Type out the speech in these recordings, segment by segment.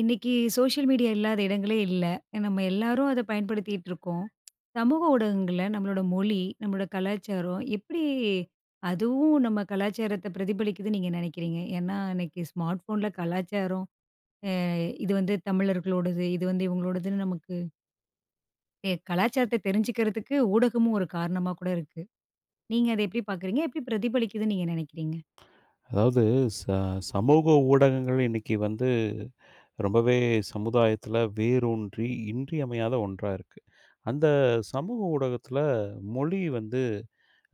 இன்னைக்கு social media இல்லாத இடங்களே இல்ல. நம்ம எல்லாரும் அத பயன்படுத்திட்டு இருக்கோம். சமூக ஊடகங்கள்ல நம்மளோட மொழி, நம்மளோட கலாச்சாரம் எப்படி அதுவும் நம்ம கலாச்சாரத்த பிரதிபலிக்குதுன்னு நீங்க நினைக்கிறீங்க? ஏன்னா இன்னைக்கு ஸ்மார்ட் ஃபோன்ல கலாச்சாரம், அ இது வந்து தமிழர்களோடது, இது வந்து இவங்களோடதுன்னு நமக்கு கலாச்சாரத்த தெரிஞ்சுக்கிறதுக்கு ஊடகமும் ஒரு காரணமா கூட இருக்கு. நீங்க அத எப்படி பார்க்குறீங்க? எப்படி பிரதிபலிக்குதுன்னு நீங்க நினைக்கிறீங்க? அதாவது, ச சமூக ஊடகங்கள் இன்னைக்கு வந்து ரொம்பவே சமுதாயத்துல வேரூன்றி இன்றியமையாத ஒன்றா இருக்கு. அந்த சமூக ஊடகத்துல மொழி வந்து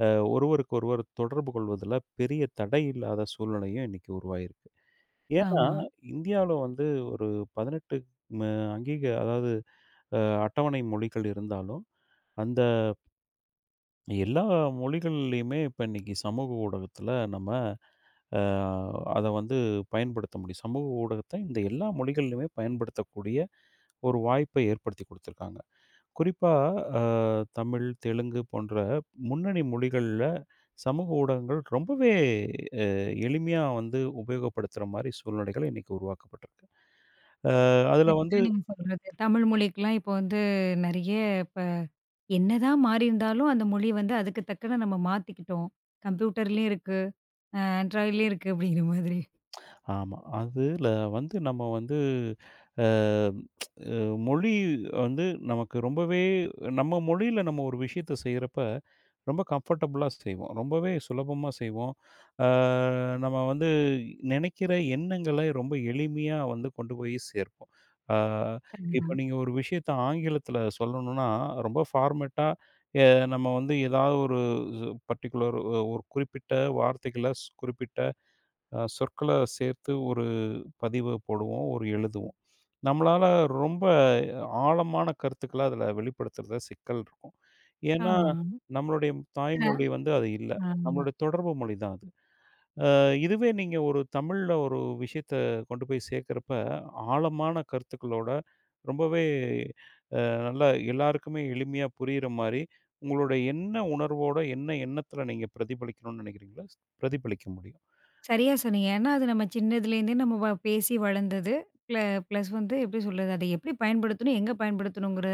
அ ஒருவருக்கு ஒருவர் தொடர்பு கொள்வதில பெரிய தடை இல்லாத சூழ்நிலையும் இன்னைக்கு உருவாயிருக்கு. ஏன்னா, ஆமா. இந்தியாவுல வந்து ஒரு 18 ம அதாவது அ அட்டவணை மொழிகள் இருந்தாலும், அந்த எல்லா மொழிகள்லையுமே இப்ப இன்னைக்கு சமூக ஊடகத்துல நம்ம அ அத வந்து பயன்படுத்த முடியும். சமூக ஊடகத்த இந்த எல்லா மொழிகள்லையுமே பயன்படுத்தக்கூடிய ஒரு வாய்ப்பை ஏற்படுத்தி குடுத்துருக்காங்க. குறிப்பா, அ தமிழ், தெலுங்கு போன்ற முன்னணி மொழிகள்ல சமூக ஊடகங்கள் ரொம்பவே அ எளிமையா வந்து உபயோகப்படுத்துற மாரி சூழ்நிலைகள் இன்னைக்கு உருவாக்கப்பட்டிருக்கு. அதுல கரெக்ட்டா வந்து. நீங்க சொல்றது. தமிழ் மொழிக்கெல்லாம் இப்போ வந்து நெறைய இப்ப என்னதான் மாறியிருந்தாலும், அந்த மொழி வந்து அதுக்கு தக்கன நம்ம மாத்திக்கிட்டோம். கம்ப்யூட்டர்லயும் இருக்கு, Androidலயும் இருக்கு அப்படிங்கிற மாதிரி. ஆமா. அதுல வந்து நம்ம வந்து அ அ மொழி வந்து நமக்கு ரொம்பவே, நம்ம மொழியில நம்ம ஒரு விஷயத்த செய்றப்ப, ரொம்ப கம்ஃபர்டபுளா செய்வோம். ரொம்பவே சுலபமா செய்வோம். அ நம்ம வந்து நினைக்கிற எண்ணங்களை ரொம்ப எளிமையா வந்து கொண்டு போய் சேர்ப்போம். அ கண்டிப்பா. இப்ப நீங்க ஒரு விஷயத்த ஆங்கிலத்துல சொல்லணும்னா, ரொம்ப ஃபார்மேட்டா, எ நம்ம வந்து ஏதாவது ஒரு பர்ட்டிகுலர், ஒரு குறிப்பிட்ட வார்த்தைகள, குறிப்பிட்ட சொற்கள சேர்த்து ஒரு பதிவு போடுவோம், ஒரு எழுதுவோம். நம்மளால ரொம்ப ஆழமான கருத்துக்கள அதில வெளிப்படுத்துறதுல சிக்கல் இருக்கும். ஏன்னா, ஆமா. நம்மளுடைய அ தாய்மொழி வந்து அது இல்ல. ஆ நம்மளுடைய தொடர்பு மொழி தான் அது. அ இதுவே நீங்க ஒரு தமிழ்ல ஒரு விஷயத்த கொண்டு போய் சேர்க்கிறப்ப, ஆழமான கருத்துக்களோட ரொம்பவே நல்லா எல்லாருக்குமே எளிமையா புரியிற மாரி, உங்களோட என்ன உணர்வோட, என்ன எண்ணத்தில நீங்க பிரதிபலிக்கணும்னு நினைக்கிறீங்களோ, பிரதிபலிக்க முடியும். சரியா சொன்னீங்க. ஏன்னா, அது நம்ம சின்னதுலேருந்தே நம்ம பேசி வளர்ந்தது. ப்ள ப்ளஸ் வந்து எப்படி சொல்றது, அதை எப்படி பயன்படுத்தணும், எங்க பயன்படுத்தணுங்கிற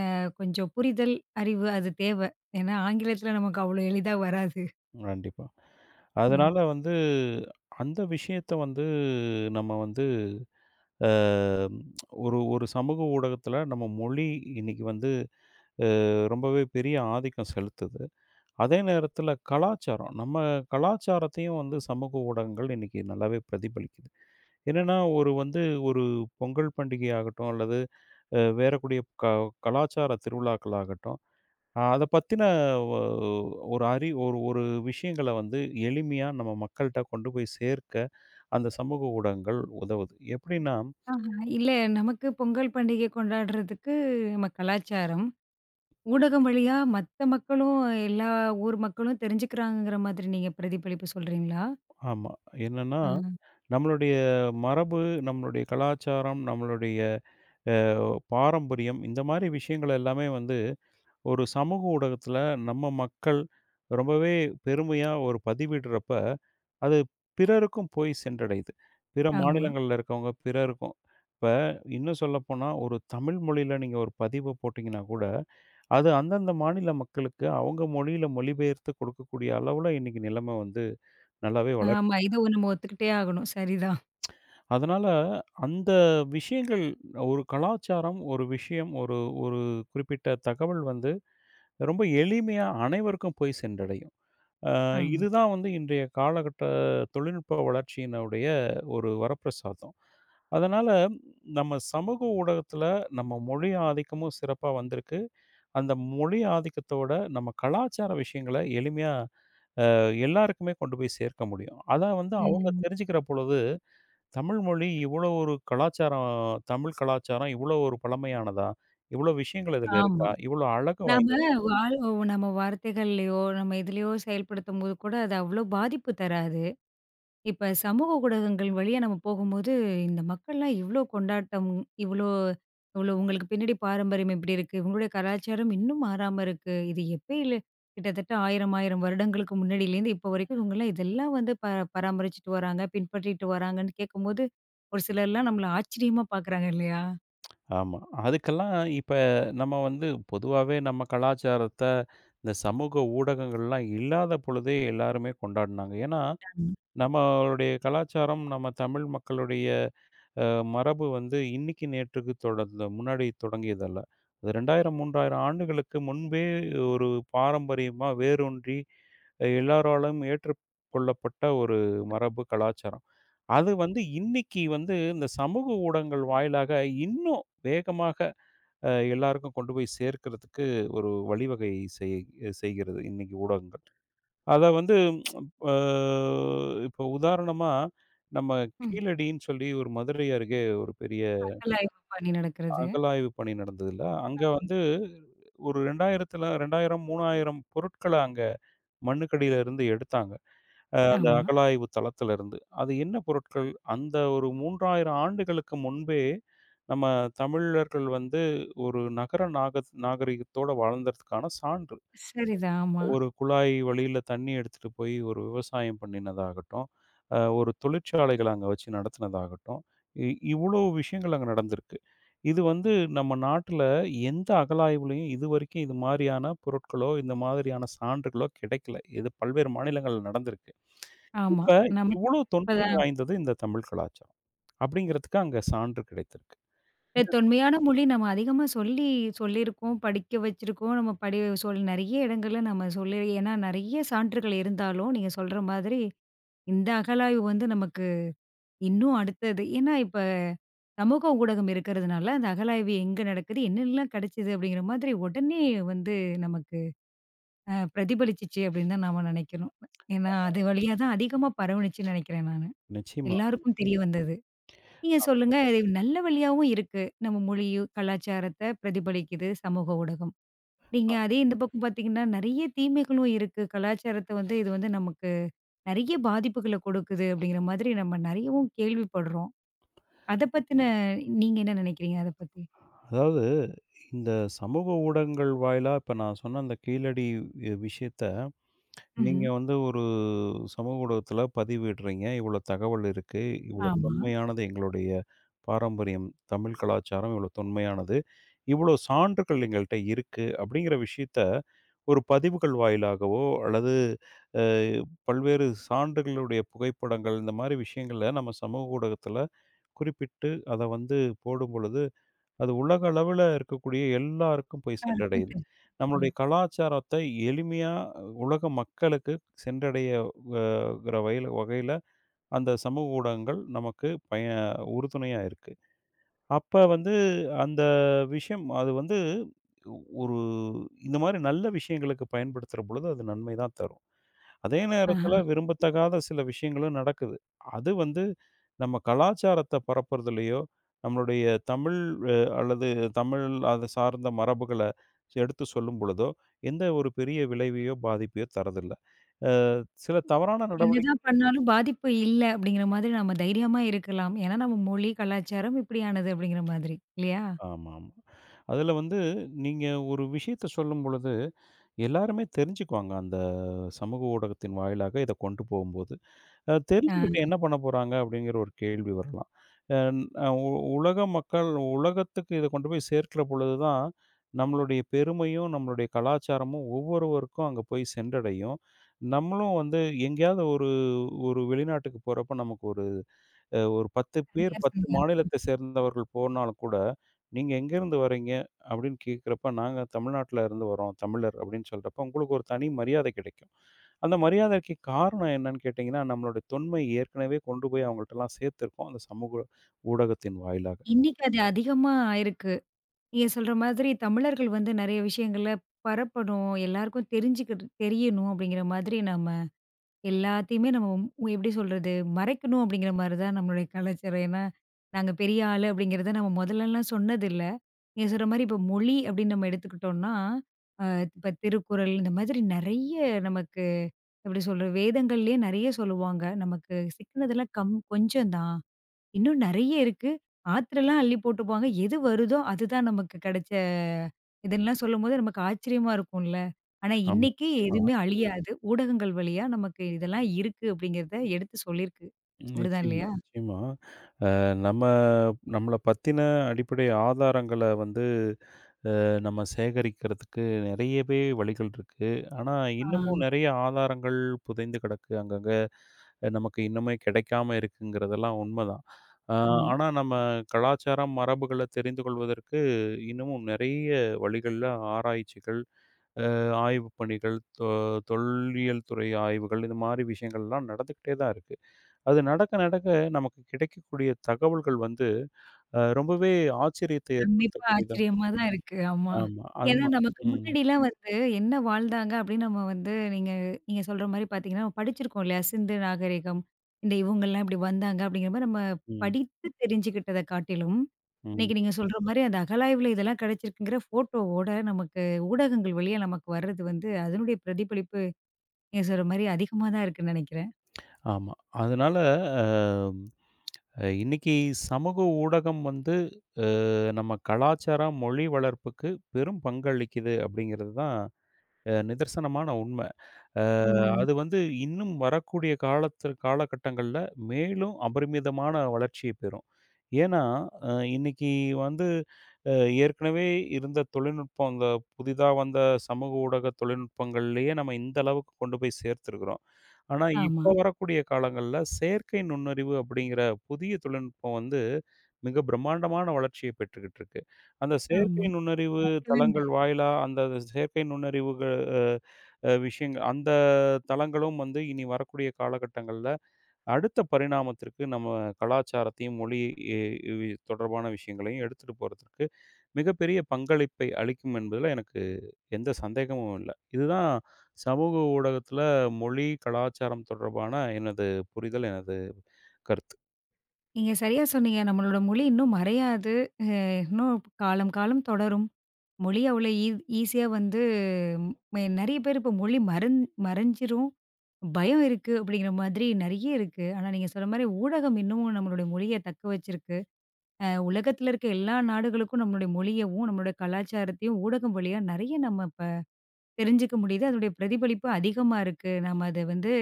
கொஞ்சம் புரிதல், அறிவு அது தேவ. ஏன்னா, ஆங்கிலத்தில நமக்கு அவ்வளோ எளிதா வராது. கண்டிப்பா. அ அதனால வந்து அந்த விஷயத்த வந்து நம்ம வந்து அ ஒரு ஒரு சமூக ஊடகத்தில நம்ம மொழி இன்னைக்கு வந்து அ ரொம்பவே பெரிய ஆதிக்கம் செலுத்துது. அதே நேரத்தில கலாச்சாரம், நம்ம கலாச்சாரத்தையும் வந்து சமூக ஊடகங்கள் இன்னைக்கு நல்லாவே பிரதிபலிக்குது. என்னன்னா, ஒரு வந்து ஒரு பொங்கல் பண்டிகை ஆகட்டும், அல்லது வேறக்கூடிய கலாச்சார திருவிழாக்கள் ஆகட்டும், அத பத்தின ஒ ஒரு ஒரு விஷயங்கள வந்து எளிமையா நம்ம மக்கள்ட்ட கொண்டு போய் சேர்க்க அந்த சமூக ஊடகங்கள் உதவுது. எப்படின்னா. இல்ல, நமக்கு பொங்கல் பண்டிகை கொண்டாடுறதுக்கு நம்ம கலாச்சாரம். ஊடகம் வழியா மத்த மக்களும், எல்லா ஊர் மக்களும் தெரிஞ்சுக்கிறாங்கங்கிற மாதிரி நீங்க பிரதிபலிப்பு சொல்றீங்களா? ஆமா. என்னன்னா, ஆ. நம்மளுடைய மரபு, நம்மளுடைய கலாச்சாரம், நம்மளுடைய அ பாரம்பரியம், இந்த மாரி விஷயங்கள் எல்லாமே வந்து ஒரு சமூக ஊடகத்தில நம்ம மக்கள் ரொம்பவே பெருமையா ஒரு பதிவிடுறப்ப, அது பிறருக்கும் போய் சென்றடையுது. பிற ஆமா. மாநிலங்கள்ல இருக்கவங்க பிறருக்கும். இப்ப இன்னும் சொல்லப்போனா, ஒரு தமிழ் மொழியில நீங்க ஒரு பதிவு போட்டீங்கன்னா கூட, அது அந்தந்த மாநில மக்களுக்கு அவங்க மொழியில மொழிபெயர்த்து கொடுக்கக்கூடிய அளவுல இன்னைக்கு நிலைமை வந்து நல்லாவே வளர்ச்சி. ஆமா. இத நம்ம ஒத்துக்கிட்டே ஆகணும். சரிதான். அதனால அந்த விஷயங்கள், ஒரு கலாச்சாரம், ஒரு விஷயம், ஒரு ஒரு குறிப்பிட்ட தகவல் வந்து ரொம்ப எளிமையா அனைவருக்கும் போய் சென்றடையும். அ ஆமா. இதுதான் வந்து இன்றைய காலகட்ட தொழில்நுட்ப வளர்ச்சியினுடைய ஒரு வரப்பிரசாதம். அதனால நம்ம சமூக ஊடகத்தில நம்ம மொழி ஆதிக்கமும் சிறப்பா வந்திருக்கு. அந்த மொழி ஆதிக்கத்தோட நம்ம கலாச்சார விஷயங்கள எளிமையா அ எல்லாருக்குமே கொண்டு போய் சேர்க்க முடியும். அத வந்து அவங்க ம். தெரிஞ்சுக்கிற பொழுது தமிழ் மொழி இவ்வளோ ஒரு கலாச்சாரம், தமிழ் கலாச்சாரம் இவ்வளோ ஒரு பழமையானதா? இவ்வளோ விஷயங்கள் இதில ஆமா. இருக்கா? இவ்வளோ அழகு நாம வாய்ந்ததா? வாழ் நம்ம வார்த்தைகள்லயோ, நம்ம எதுலயோ செயல்படுத்தும்போது கூட அது அவ்ளோ பாதிப்பு தராது. இப்ப சமூக ஊடகங்கள் வழியா நம்ம போகும்போது, இந்த மக்கள்லாம் இவ்ளோ கொண்டாட்டம், இவ்ளோ இவ்ளோ உங்களுக்கு பின்னாடி பாரம்பரியம் இப்படி இருக்கு. இவங்களுடைய கலாச்சாரம் இன்னும் மாறாம இருக்கு. இது எப்பயில கிட்டத்தட்ட 1000 1000 வருடங்களுக்கு முன்னாடியிலேருந்து இப்போ வரைக்கும் இவங்கலாம் இதெல்லாம் வந்து பராமரிச்சுட்டு வராங்க, பின்பற்றிட்டு வராங்கன்னு கேட்கும்போது, ஒரு சிலர்லாம் நம்மள ஆச்சரியமா பார்க்குறாங்க இல்லையா? ஆமா. அதுக்கெல்லாம் இப்ப நம்ம வந்து பொதுவாவே நம்ம கலாச்சாரத்த இந்த சமூக ஊடகங்கள்லாம் இல்லாத பொழுதே எல்லாருமே கொண்டாடுனாங்க. ஏன்னா, ஆமா. நம்மளுடைய கலாச்சாரம், நம்ம தமிழ் மக்களுடைய மரபு வந்து இன்னைக்கு நேற்றுக்கு தொடர்ந்த முன்னாடி தொடங்கியதல்ல. அது 2000 3000 ஆண்டுகளுக்கு முன்பே ஒரு பாரம்பரியமாக வேரூன்றி, எல்லாராலும் ஏற்றுக்கொள்ளப்பட்ட ஒரு மரபு கலாச்சாரம். அது வந்து இன்னைக்கு வந்து இந்த சமூக ஊடகங்கள் வாயிலாக இன்னும் வேகமாக, எல்லாருக்கும் கொண்டு போய் சேர்க்கிறதுக்கு ஒரு வழிவகை செய் செய்கிறது இன்னைக்கு ஊடகங்கள். அதை வந்து இப்போ உதாரணமாக நம்ம ம். கீழடின்னு சொல்லி ஒரு மதுரை அருகே ஒரு பெரிய அகழாய்வு பண்ணி நடக்கிறது. அகழாய்வு பணி நடந்ததுல, அங்க வந்து ஒரு 2000, 3000 பொருட்கள அங்க மண்ணுக்கடியில இருந்து எடுத்தாங்க. அந்த ஆமா. அகழாய்வு தளத்துல இருந்து. அது என்ன பொருட்கள்? அந்த ஒரு 3000 ஆண்டுகளுக்கு முன்பே, நம்ம தமிழர்கள் வந்து ஒரு நகர நாகரிகத்தோட வாழ்ந்ததற்கான சான்று. சரிதான். ஆமா, ஒரு குழாய் வழியில தண்ணி எடுத்துட்டு போய் ஒரு விவசாயம் பண்ணினதாகட்டும், ஒரு தொழிற்சாலைகள் அங்க வச்சு நடத்தினதாகட்டும், இ இவ்வளோ விஷயங்கள் அங்க நடந்திருக்கு. இது வந்து நம்ம நாட்டுல எந்த அகழாய்வுலயும் இதுவரைக்கும் இது மாரியான பொருட்களோ, இந்த மாதிரியான சான்றுகளோ கிடைக்கல. இது பல்வேறு மாநிலங்கள்ல நடந்திருக்கு. ஆமா. இப்ப நமக்கு இவ்வளோ தொன்மை வாய்ந்தது இந்த தமிழ் கலாச்சாரம். அப்படிங்கிறதுக்கு அங்க சான்று கிடைத்திருக்கு. இல்ல, தொன்மையான மொழி நம்ம அதிகமா சொல்லியிருக்கோம், படிக்க வச்சிருக்கோம். நம்ம படி சொல் நெறைய இடங்கள்ல நம்ம சொல்லி ஏன்னா நெறைய சான்றுகள் இருந்தாலும், நீங்க சொல்ற மாதிரி இந்த அகழாய்வு வந்து நமக்கு இன்னும் அடுத்தது. ஏன்னா இப்ப சமூக ஊடகம் இருக்கிறதுனால, அந்த அகழாய்வு எங்க நடக்குது, என்னெல்லாம் கிடைச்சது அப்படிங்கிற மாதிரி உடனே வந்து நமக்கு பிரதிபலிச்சிச்சு அப்படின்னு தான் நாம நெனைக்கிறோம். ஏன்னா அது வழியா தான் அதிகமா பரவுனுச்சுன்னு நெனைக்கிறேன் நானு. நிச்சயமா. எல்லாருக்கும் தெரிய வந்தது. நீங்க சொல்லுங்க. இது நல்ல வழியாவும் இருக்கு. நம்ம மொழியும், கலாச்சாரத்த பிரதிபலிக்குது சமூக ஊடகம். நீங்க அதே இந்த பக்கம் பார்த்தீங்கன்னா, நெறைய தீமைகளும் இருக்கு. கலாச்சாரத்த வந்து இது வந்து நமக்கு நெறைய பாதிப்புகள கொடுக்குது அப்படிங்கிற மாதிரி நம்ம நெறையவும் கேள்விப்படுறோம். அத பத்தின நீங்க என்ன நெனைக்கிறீங்க அத பத்தி? அதாவது, இந்த சமூக ஊடகங்கள் வாயிலா இப்ப நான் சொன்ன அந்த கீழடி விஷயத்த நீங்க ம்ஹ்ம். வந்து ஒரு சமூக ஊடகத்தில பதிவிடுறீங்க. இவ்வளோ தகவல் இருக்கு. இவ்வளோ ஆமா. தொன்மையானது எங்களுடைய பாரம்பரியம், தமிழ் கலாச்சாரம் இவ்வளோ தொன்மையானது. இவ்வளோ சான்றுகள் எங்கள்ட்ட இருக்கு. அப்படிங்கிற விஷயத்த ஒரு பதிவுகள் வாயிலாகவோ, அல்லது அ பல்வேறு சான்றுகளுடைய புகைப்படங்கள், இந்த மாரி விஷயங்கள நம்ம சமூக ஊடகத்தில குறிப்பிட்டு அத வந்து போடும்பொழுது, அது உலக அளவுல இருக்கக்கூடிய எல்லாருக்கும் போய் ஆ இருக்கும் சென்றடையுது. தெ ஆ. நம்மளுடைய கலாச்சாரத்த எளிமையா உலக மக்களுக்கு சென்றடைய அ கிற வகையில வகையில அந்த சமூக ஊடகங்கள் நமக்கு உறுதுணையா இருக்கு. அப்ப வந்து அந்த விஷயம் அது வந்து ஒரு இந்த மாரி நல்ல விஷயங்களுக்கு பயன்படுத்துற பொழுது அது நன்மை தான் தரும். அதே ஆஹா. நேரத்துல விரும்பத்தகாத சில விஷயங்களும் நடக்குது. அது வந்து நம்ம கலாச்சாரத்த பரப்புறதுலயோ, நம்மளுடைய தமிழ், அல்லது தமிழ் அது சார்ந்த மரபுகள எடுத்து சொல்லும் பொழுதோ, எந்த ஒரு பெரிய விளைவையோ, பாதிப்பையோ தரதில்ல. சில தவறான என்னதான் பண்ணாலும் பாதிப்பு இல்ல அப்படிங்கிற மாதிரி நம்ம தைரியமா இருக்கலாம். ஏன்னா நம்ம மொழி, கலாச்சாரம் இப்படியானது அப்படிங்கிற மாதிரி. இல்லையா? ஆமாமா. அதுல வந்து நீங்க ஒரு விஷயத்த சொல்லும் பொழுது எல்லாருமே தெரிஞ்சுக்குவாங்க. அந்த சமூக ஊடகத்தின் வாயிலாக இத கொண்டு போகும்போது. ஆ. தெரிஞ்சுக்கிட்டு என்ன பண்ண போறாங்க அப்படிங்கிற ஒரு கேள்வி வரலாம். அன் அ உ உலக மக்கள், உலகத்துக்கு இத கொண்டு போய் சேர்க்கிற பொழுது தான், நம்மளுடைய பெருமையும், நம்மளுடைய கலாச்சாரமும் ஒவ்வொருவருக்கும் அங்க போய் சென்றடையும். நம்மளும் வந்து எங்கேயாவது ஒரு ஒரு வெளிநாட்டுக்கு போறப்ப, நமக்கு ஒரு ஒரு 10 பேர், சரியா 10 சொன்னீங்க. மாநிலத்தை சேர்ந்தவர்கள் போனாலும் கூட, "நீங்க எங்கேருந்து வர்றீங்க?" அப்படின்னு கேட்கிறப்ப, "நாங்க தமிழ்நாட்டுல இருந்து வர்றோம். தமிழர்" அப்படின்னு சொல்றப்ப, உங்களுக்கு ஒரு தனி மரியாதை கிடைக்கும். அந்த மரியாதைக்கு காரணம் என்னன்னு கேட்டீங்கன்னா, நம்மளுடைய தொன்மை ஏற்கனவே கொண்டு போய் அவங்கள்ட்டலாம் சேர்த்துருக்கோம், அந்த சமூக ஊடகத்தின் வாயிலாக. இன்னைக்கு அது அதிகமா ஆயிருக்கு. நீங்க சொல்ற மாதிரி தமிழர்கள் வந்து நெறைய விஷயங்கள பரப்பணும், எல்லாருக்கும் தெரிஞ்சுக்கிட்டு தெரியணும் அப்படிங்கிற மாதிரி நம்ம எல்லாத்தையுமே நம்ம ம் எப்படி சொல்றது? மறைக்கணும் அப்படிங்கிற மாரி தான் நம்மளுடைய கலாச்சாரம். ஏன்னா, நாங்க பெரிய ஆளு அப்படிங்கிறத நம்ம முதல்லலாம் சொன்னதில்ல. நீங்க சொல்ற மாரி இப்போ மொழி அப்படின்னு நம்ம எடுத்துக்கிட்டோம்னா, அ இப்ப திருக்குறள் இந்த மாதிரி நெறைய நமக்கு எப்படி சொல்றது? வேதங்கள்லேயே நெறைய சொல்லுவாங்க. நமக்கு சிக்கினதெல்லாம் கொஞ்சம் தான். இன்னும் நெறைய இருக்கு. ஆத்திரலாம் அள்ளி போட்டுருப்பாங்க. எது வருதோ அதுதான் நமக்கு கிடைச்ச இதுன்லாம் சொல்லும்போது நமக்கு ஆச்சரியமா இருக்கும்ல. ஆனா ஆமா. இன்னைக்கு நிச்சயமா, எதுவுமே அழியாது. ஊடகங்கள் வழியா நமக்கு இதெல்லாம் இருக்கு அப்படிங்கிறத எடுத்து சொல்லிருக்கு. அப்படிதான் நிச்சயமா, இல்லையா? நிச்சயமா. நம்ம நம்மள பத்தின அடிப்படை ஆதாரங்கள வந்து நம்ம சேகரிக்கிறதுக்கு நிறையவே வழிகள் இருக்கு. ஆனா, ஆ. இன்னமும் நிறைய ஆதாரங்கள் புதைந்து கிடக்கு. அங்கங்க நமக்கு இன்னுமே கிடைக்காம இருக்குங்கிறதெல்லாம் உண்மதான். ஆ ஆமா. ஆனா நம்ம கலாச்சாரம், மரபுகள தெரிந்து கொள்வதற்கு இன்னமும் நிறைய வழிகள்ல ஆராய்ச்சிகள், ஆய்வு பணிகள், தொல்லியல் துறை ஆய்வுகள், இது மாரி விஷயங்கள்லாம் நடந்துக்கிட்டே தான் இருக்கு. அது நடக்க நடக்க நமக்கு கிடைக்கக்கூடிய தகவல்கள் வந்து ரொம்பவே ஆச்சரியத்தை கண்டிப்பா ஏற்படுத்தக்கூடியதா. ஆச்சரியமா தான் இருக்கு. ஆமா. ஆமா. ஏன்னா நமக்கு ம். முன்னாடிலாம் வந்து என்ன வாழ்ந்தாங்க அப்படின்னு நம்ம வந்து நீங்க நீங்க சொல்ற மாரி பார்த்தீங்கன்னா, நம்ம படிச்சிருக்கோம் இல்லையா? சிந்து நாகரிகம், இந்த இவங்கலாம் இப்படி வந்தாங்க அப்படிங்கிற மாரி நம்ம ம். படித்து தெரிஞ்சுக்கிட்டத காட்டிலும், ம். இன்னைக்கு நீங்க சொல்ற மாரி அந்த அகழாய்வுல இதெல்லாம் கிடைச்சிருக்குங்கிற ஃபோட்டோவோட நமக்கு ஊடகங்கள் வழியா நமக்கு வர்றது வந்து அதனுடைய பிரதிபலிப்பு நீங்க சொல்ற மாரி அதிகமா தான் இருக்குன்னு நெனைக்கிறேன். ஆமா. அதனால அ இன்னைக்கு சமூக ஊடகம் வந்து அ நம்ம கலாச்சாரம், மொழி வளர்ப்புக்கு பெரும் பங்களிக்குது அப்படிங்கிறது தான் நிதர்சனமான உண்மை. அ ம். அது வந்து இன்னும் வரக்கூடிய காலத்து காலகட்டங்கள்ல மேலும் அபரிமிதமான வளர்ச்சிய பெறும். ஏன்னா, அ இன்னைக்கு வந்து அ ஏற்கனவே இருந்த தொழில்நுட்பம், இந்த புதிதா வந்த சமூக ஊடக தொழில்நுட்பங்கள்லயே நம்ம இந்த அளவுக்கு கொண்டு போய் சேர்த்துருக்குறோம். ஆனா, ஆமா, இப்போ வரக்கூடிய காலங்கள்ல செயற்கை நுண்ணறிவு அப்படிங்கிற புதிய தொழில்நுட்பம் வந்து மிக பிரம்மாண்டமான வளர்ச்சிய பெற்றுக்கிட்டு இருக்கு. அந்த ஆமா. செயற்கை நுண்ணறிவு மறக்கவே தளங்கள் முடியாது. வாயிலா அந்த செயற்கை நுண்ணறிவுக அ அ விஷயங்கள், அந்த தளங்களும் வந்து இனி வரக்கூடிய காலகட்டங்கள்ல, அடுத்த பரிணாமத்திற்கு நம்ம கலாச்சாரத்தையும், மொழி இ இ தொடர்பான விஷயங்களையும் எடுத்துட்டு போறதற்கு மிகப்பெரிய பங்களிப்பை அளிக்கும் என்பதுல எனக்கு எந்த சந்தேகமும் இல்ல. இதுதான் சமூக ஊடகத்தில மொழி, கலாச்சாரம் தொடர்பான எனது புரிதல், எனது கருத்து. நீங்க சரியா சொன்னீங்க. நம்மளோட மொழி இன்னும் மறையாது. இன்னும் காலம் காலம் தொடரும். மொழி அவ்வளோ ஈ ஈஸியா வந்து நெறைய பேர் இப்போ மொழி மறந் மறைஞ்சிரும். பயம் இருக்கு அப்படிங்கிற மாதிரி நெறைய இருக்கு. ஆனா நீங்க சொன்ன மாரி ஊடகம் இன்னமும் நம்மளுடைய மொழிய தக்க வச்சிருக்கு. உலகத்தில இருக்க எல்லா நாடுகளுக்கும் நம்மளுடைய மொழியவும், நம்மளுடைய கலாச்சாரத்தையும் ஊடகம் வழியா நெறைய நம்ம இப்ப தெரிஞ்சுக்க முடியுது. அதனுடைய பிரதிபலிப்பு அதிகமா இருக்கு. நம்ம அத வந்து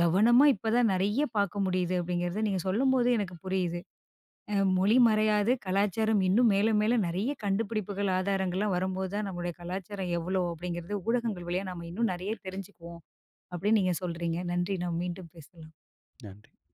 கவனமா இப்ப தான் நெறைய பார்க்க முடியுது அப்படிங்கிறத நீங்க சொல்லும்போது எனக்கு புரியுது. மொழி மறையாது, கலாச்சாரம் இன்னும் மேல மேல நெறைய கண்டுபிடிப்புகள், ஆதாரங்கள்லாம் வரும்போது தான் நம்முடைய கலாச்சாரம் எவ்வளோ அப்படிங்கிறது ஊடகங்கள் வழியா நம்ம இன்னும் நெறைய தெரிஞ்சுக்குவோம், அப்படின்னு நீங்க சொல்றீங்க. நன்றி. நம்ம மீண்டும் பேசலாம். நன்றி.